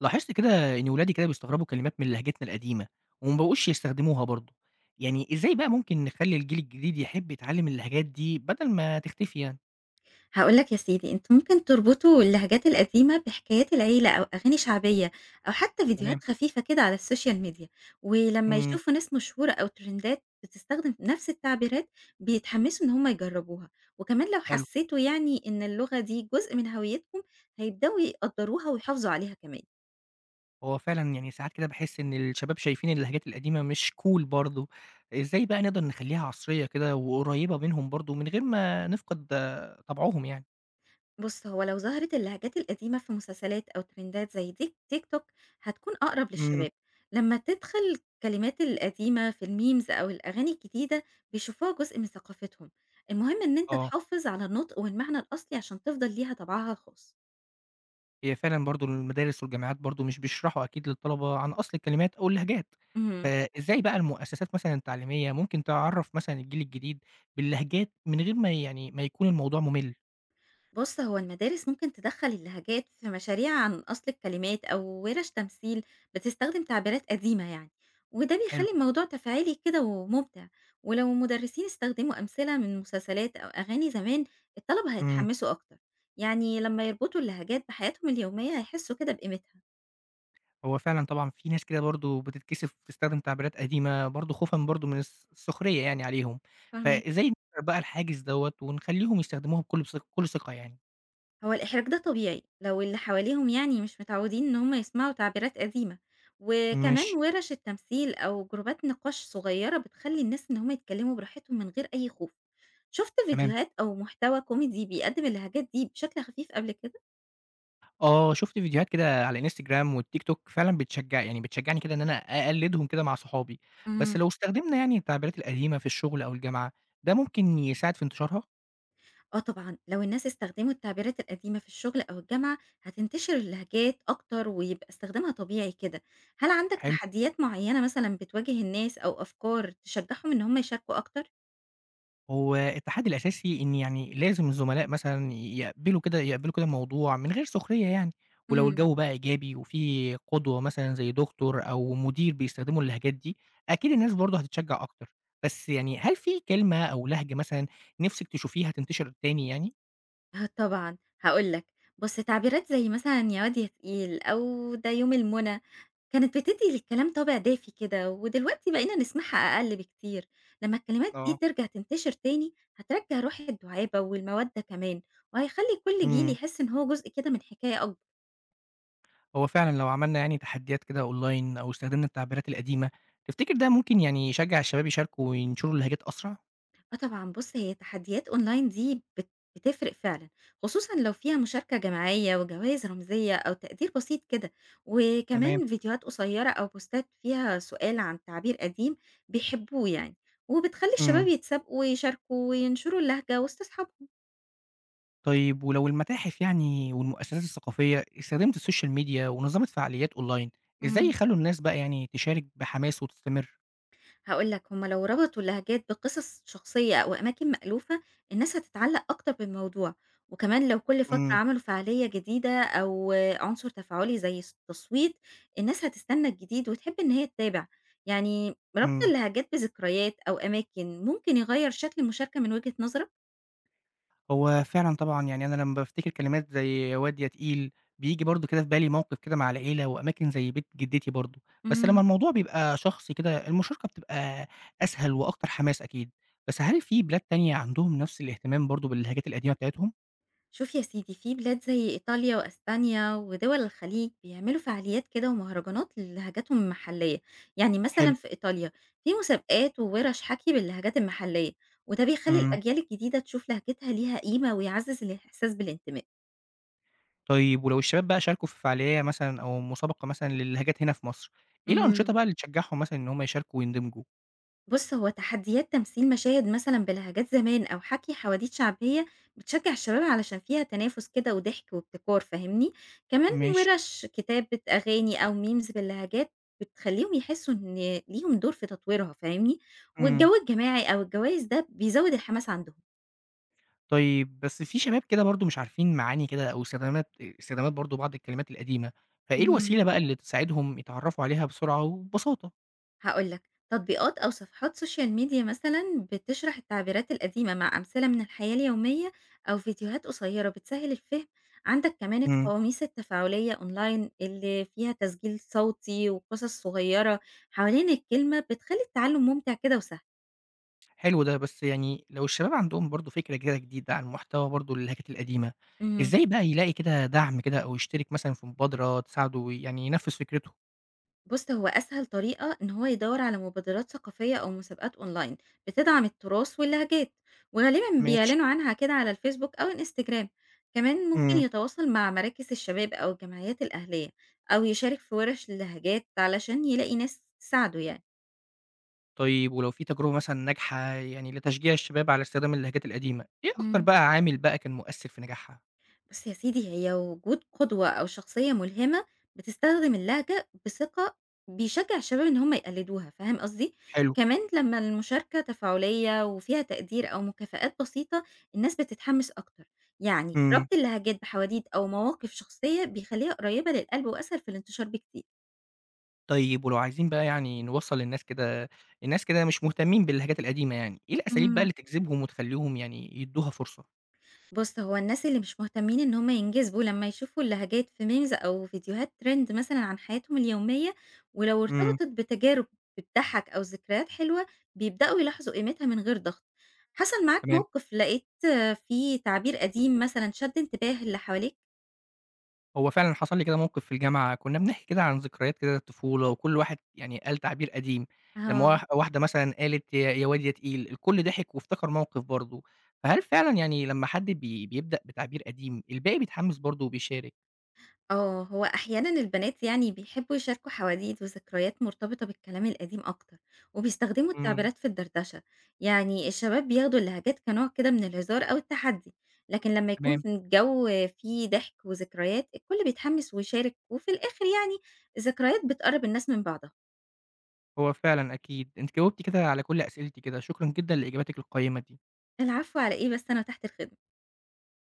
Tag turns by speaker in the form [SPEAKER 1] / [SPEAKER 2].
[SPEAKER 1] لاحظت كده إن ولادي كده بيستغربوا كلمات من لهجتنا القديمة وما بقوش يستخدموها برضه، يعني إزاي بقى ممكن نخلي الجيل الجديد يحب يتعلم اللهجات دي بدل ما تختفي يعني؟
[SPEAKER 2] هاقول لك يا سيدي، أنتم ممكن تربطوا اللهجات القديمة بحكايات العيلة أو أغاني شعبية أو حتى فيديوهات
[SPEAKER 1] تمام.
[SPEAKER 2] خفيفة كده على السوشيال ميديا، ولمّا
[SPEAKER 1] إمم.
[SPEAKER 2] يشوفوا ناس مشهورة أو ترندات بتستخدم نفس التعبيرات بيتحمسوا إن هم يجربوها، وكمان لو
[SPEAKER 1] حلو.
[SPEAKER 2] حسيتوا يعني إن اللغة دي جزء من هويتكم هيبدأوا يقدّروها ويحافظوا عليها كمان.
[SPEAKER 1] هو فعلًا يعني ساعات كده باحس إن الشباب شايفين اللهجات القديمة مش cool برضه، إزاي بقى نقدر نخليها عصرية كده وقريبة منهم برضه من غير ما نفقد طبعهم يعني؟
[SPEAKER 2] بُص، هو لو ظهرت اللهجات القديمة في مسلسلات أو ترندات زي ديك تيك توك هتكون أقرب
[SPEAKER 1] إمم.
[SPEAKER 2] للشباب، لمّا تدخل الكلمات القديمة في الmemes أو الأغاني الجديدة بيشوفوها جزء من ثقافتهم، المهم إن أنت
[SPEAKER 1] آه.
[SPEAKER 2] تحافظ على النطق والمعنى الأصلي عشان تفضل ليها طبعها الخاص.
[SPEAKER 1] هي فعلًا برضه المدارس والجامعات برضه مش بيشرحوا أكيد للطلبة عن أصل الكلمات أو اللهجات،
[SPEAKER 2] اهم.
[SPEAKER 1] فإزاي بقى المؤسسات مثلًا التعليمية ممكن تعرّف مثلًا الجيل الجديد باللهجات من غير ما يعني ما يكون الموضوع ممل؟
[SPEAKER 2] بُص، هو المدارس ممكن تدخّل اللهجات في مشاريع عن أصل الكلمات أو ورش تمثيل بتستخدم تعبيرات قديمة يعني، وده
[SPEAKER 1] حلو.
[SPEAKER 2] بيخلّي الموضوع تفاعلي كده وممتع، ولو المدرسين استخدموا أمثلة من مسلسلات أو أغاني زمان الطلبة
[SPEAKER 1] إمم.
[SPEAKER 2] هيتحمسوا أكتر، يعني لمّا يربطوا اللهجات بحياتهم اليومية هيحسوا كده بقيمتها،
[SPEAKER 1] هو فعلًا طبعًا في ناس كده برضه بتتكسف تستخدم تعبيرات قديمة برضه خوفًا برضه من السخرية يعني عليهم،
[SPEAKER 2] فاهماني؟
[SPEAKER 1] فإزاي نكسر بقى الحاجز دوّة ونخلّيهم يستخدموها بكل ثقة يعني؟
[SPEAKER 2] هو الإحراج ده طبيعي لو اللي حواليهم يعني مش متعودين إن هم يسمعوا تعبيرات قديمة وكمان
[SPEAKER 1] ماشي.
[SPEAKER 2] ورش التمثيل أو جروبات نقاش صغيرة بتخلي الناس إن هم يتكلموا براحتهم من غير أي خوف. شفت
[SPEAKER 1] تمام.
[SPEAKER 2] فيديوهات أو محتوى كوميدي بيقدم اللهجات دي بشكل خفيف قبل كده؟
[SPEAKER 1] آه، شُفت فيديوهات كده على Instagram والTikTok فعلًا بتشجّعني كده إن أنا أقلِّدهم كده مع صحابي، بس
[SPEAKER 2] مم.
[SPEAKER 1] لو استخدمنا يعني التعبيرات القديمة في الشغل أو الجامعة، ده ممكن يساعد في انتشارها؟
[SPEAKER 2] آه طبعا لو الناس استخدموا التعبيرات القديمة في الشغل أو الجامعة هتنتشر اللهجات أكتر ويبقى استخدامها طبيعي كده. هل عندك
[SPEAKER 1] حلو.
[SPEAKER 2] تحديات معينة مثلا بتواجه الناس أو أفكار تشجعهم إن هم يشاركوا أكتر؟
[SPEAKER 1] هو التحدي الأساسي إن يعني لازم الزملاء مثلًا يقبلوا كده الموضوع من غير سخرية يعني، ولو
[SPEAKER 2] مم.
[SPEAKER 1] الجو بقى إيجابي وفي قدوة مثلًا زي دكتور أو مدير بيستخدموا اللهجات دي، أكيد الناس برضه هتتشجّع أكتر، بس يعني هل في كلمة أو لهجة مثلًا نِفْسِك تشوفيها تنتشر تاني يعني؟
[SPEAKER 2] آه طبعًا، هاقول لك، بُص تعبيرات زي مثلًا يا واد يا تقيل أو ده يوم المنى، كانت بتدّي للكلام طابع دافي كده، ودلوقتي بقينا نسمعها أقل بكتير، لمّا الكلمات دي
[SPEAKER 1] آه.
[SPEAKER 2] ترجع تنتشر تاني هترجّع روح الدُعابة والمودة كمان، وهيخلّي كل جيل
[SPEAKER 1] إمم.
[SPEAKER 2] يحس إن هو جزء كده من حكاية أكبر.
[SPEAKER 1] هو فعلًا لو عملنا يعني تحديات كده أونلاين أو استخدمنا التعبيرات القديمة، تفتكر ده ممكن يعني يشجع الشباب يشاركوا وينشروا اللهجات أسرع؟
[SPEAKER 2] آه طبعًا، بُص هي تحديات أونلاين دي بتفرق فعلًا، خصوصًا لو فيها مشاركة جماعية وجوائز رمزية أو تقدير بسيط كده،
[SPEAKER 1] تمام.
[SPEAKER 2] وكمان فيديوهات قصيرة أو بوستات فيها سؤال عن تعبير قديم بيحبوه يعني، وبتخلّي
[SPEAKER 1] إمم.
[SPEAKER 2] الشباب يتسابقوا ويشاركوا وينشروا اللهجة وسط أصحابهم.
[SPEAKER 1] طيب ولو المتاحف يعني والمؤسسات الثقافية استخدمت السوشيال ميديا ونظمت فعاليات أونلاين، إزاي
[SPEAKER 2] إمم.
[SPEAKER 1] يخلوا الناس بقى يعني تشارك بحماس وتستمر؟
[SPEAKER 2] هاقول لك هُم لو ربطوا اللهجات بقصص شخصية أو أماكن مألوفة، الناس هتتعلق أكتر بالموضوع، وكمان لو كل فترة
[SPEAKER 1] إمم.
[SPEAKER 2] عملوا فعالية جديدة أو عنصر تفاعلي زي تصويت، الناس هتستنى الجديد وتحب إن هي تتابع، يعني ربط
[SPEAKER 1] إمم.
[SPEAKER 2] اللهجات بذكريات أو أماكن ممكن يغيّر شكل المشاركة من وجهة نظرك؟
[SPEAKER 1] هو فعلًا طبعًا، يعني أنا لمّا بافتكر كلمات زي واد يا تقيل، بييجي برضه كده في بالي موقف كده مع العيلة وأماكن زي بيت جدتي برضه، بس لمّا
[SPEAKER 2] إمم.
[SPEAKER 1] الموضوع بيبقى شخصي كده المشاركة بتبقى أسهل وأكتر حماس أكيد، بس هل في بلاد تانية عندهم نفس الاهتمام برضه باللهجات القديمة بتاعتهم؟
[SPEAKER 2] شوف يا سيدي، في بلاد زي إيطاليا وأسبانيا ودول الخليج بيعملوا فعاليات كده ومهرجانات للهجاتهم المحلية، يعني
[SPEAKER 1] حلو.
[SPEAKER 2] مثلا في إيطاليا في مسابقات وورش حكي باللهجات المحلية وده بيخلي
[SPEAKER 1] إمم.
[SPEAKER 2] الأجيال الجديدة تشوف لهجتها ليها قيمة ويعزز الإحساس بالانتماء.
[SPEAKER 1] طيب ولو الشباب بقى شاركوا في فعالية مثلًا أو مسابقة مثلًا للهجات هنا في مصر، إيه الأنشطة
[SPEAKER 2] مهم.
[SPEAKER 1] بقى اللي تشجعهم مثلًا إن هم يشاركوا ويندمجوا؟
[SPEAKER 2] بُص، هو تحديات تمثيل مشاهد مثلًا بلهجات زمان أو حكي حواديت شعبية بتشجّع الشباب علشان فيها تنافس كده وضحك وابتكار، فاهمني؟ كمان
[SPEAKER 1] ماشي.
[SPEAKER 2] وِرش كتابة أغاني أو memes باللهجات بتخلّيهم يحسّوا إن ليهم دور في تطويرها، فاهمني؟
[SPEAKER 1] إمم.
[SPEAKER 2] والجو الجماعي أو الجوايز ده بيزوّد الحماس عندهم.
[SPEAKER 1] طيب بس في شباب كده برضه مش عارفين معاني كده أو استخدامات برضه بعض الكلمات القديمة، فإيه
[SPEAKER 2] مهم.
[SPEAKER 1] الوسيلة بقى اللي تساعدهم يتعرّفوا عليها بسرعة وببساطة؟
[SPEAKER 2] هاقول لك، تطبيقات أو صفحات سوشيال ميديا مثلًا بتشرح التعبيرات القديمة مع أمثلة من الحياة اليومية أو فيديوهات قصيرة بتسهّل الفهم، عندك كمان
[SPEAKER 1] امم.
[SPEAKER 2] القواميس التفاعلية أونلاين اللي فيها تسجيل صوتي وقصص صغيرة حوالين الكلمة بتخلّي التعلم ممتع كده وسهل.
[SPEAKER 1] حلو ده، بس يعني لو الشباب عندهم برضه فكرة كده جديدة عن محتوى برضه اللهجات القديمة،
[SPEAKER 2] اهم.
[SPEAKER 1] إزاي بقى يلاقي كده دعم كده أو يشترك مثلًا في مبادرة تساعده يعني ينفّذ فكرته؟
[SPEAKER 2] بُص، هو أسهل طريقة إن هو يدوّر على مبادرات ثقافية أو مسابقات أونلاين بتدعم التراث واللهجات، وغالبًا
[SPEAKER 1] ماشي.
[SPEAKER 2] بيعلنوا عنها كده على الفيسبوك أو الإنستجرام، كمان ممكن
[SPEAKER 1] امم.
[SPEAKER 2] يتواصل مع مراكز الشباب أو الجمعيات الأهلية أو يشارك في ورش اللهجات علشان يلاقي ناس تساعده يعني.
[SPEAKER 1] طيب ولو في تجربة مثلًا ناجحة يعني لتشجيع الشباب على استخدام اللهجات القديمة، إيه أكتر
[SPEAKER 2] إمم.
[SPEAKER 1] بقى عامل بقى كان مؤثّر في نجاحها؟
[SPEAKER 2] بُص يا سيدي، هي وجود قدوة أو شخصية ملهمة بتستخدم اللهجة بثقة بيشجّع الشباب إن هم يقلدوها، فاهم قصدي؟
[SPEAKER 1] حلو.
[SPEAKER 2] كمان لمّا المشاركة تفاعلية وفيها تقدير أو مكافآت بسيطة، الناس بتتحمس أكتر. يعني
[SPEAKER 1] امم.
[SPEAKER 2] ربط اللهجات بحواديت أو مواقف شخصية بيخلّيها قريّبة للقلب وأسهل في الانتشار بكتير.
[SPEAKER 1] طيب ولو عايزين بقى يعني نوصّل للناس كده الناس كده مش مهتمين باللهجات القديمة يعني، إيه الأساليب بقى
[SPEAKER 2] إمم.
[SPEAKER 1] اللي تجذبهم وتخلّيهم يعني يدّوها فرصة؟
[SPEAKER 2] بُص، هو الناس اللي مش مهتمين إن هم ينجذبوا لمّا يشوفوا اللهجات في memes أو فيديوهات trend مثلًا عن حياتهم اليومية، ولو
[SPEAKER 1] إمم.
[SPEAKER 2] ارتبطت بتجارب بتضحّك أو ذكريات حلوة، بيبدأوا يلاحظوا قيمتها من غير ضغط. حصل معاك
[SPEAKER 1] تمام،
[SPEAKER 2] موقف لقيت فيه تعبير قديم مثلًا شد انتباه اللي حواليك؟
[SPEAKER 1] هو فعلًا حصل لي كده موقف في الجامعة كُنّا بنحكي كده عن ذكريات كده الطفولة وكل واحد يعني قال تعبير قديم، لمّا
[SPEAKER 2] آه.
[SPEAKER 1] واحدة مثلًا قالت يا واد يا تقيل الكل ضحك وافتكر موقف برضه، فهل فعلًا يعني لمّا حد بيبدأ بتعبير قديم الباقي بيتحمس برضه وبيشارك؟
[SPEAKER 2] آه، هو أحيانًا البنات يعني بيحبّوا يشاركوا حواديت وذكريات مرتبطة بالكلام القديم أكتر، وبيستخدموا
[SPEAKER 1] إمم.
[SPEAKER 2] التعبيرات في الدردشة، يعني الشباب بياخدوا اللهجات كنوع كده من الهزار أو التحدّي، لكن لمّا يكون
[SPEAKER 1] تمام،
[SPEAKER 2] في الجو فيه ضحك وذكريات الكل بيتحمّس ويشارك، وفي الآخر يعني الذكريات بتقرّب الناس من بعضها.
[SPEAKER 1] هو فعلًا أكيد، أنتِ جاوبتِ كده على كل أسئلتي كده، شكرًا جدًا لإجاباتِك القيّمة دي.
[SPEAKER 2] العفو على إيه بس، أنا تحت الخدمة.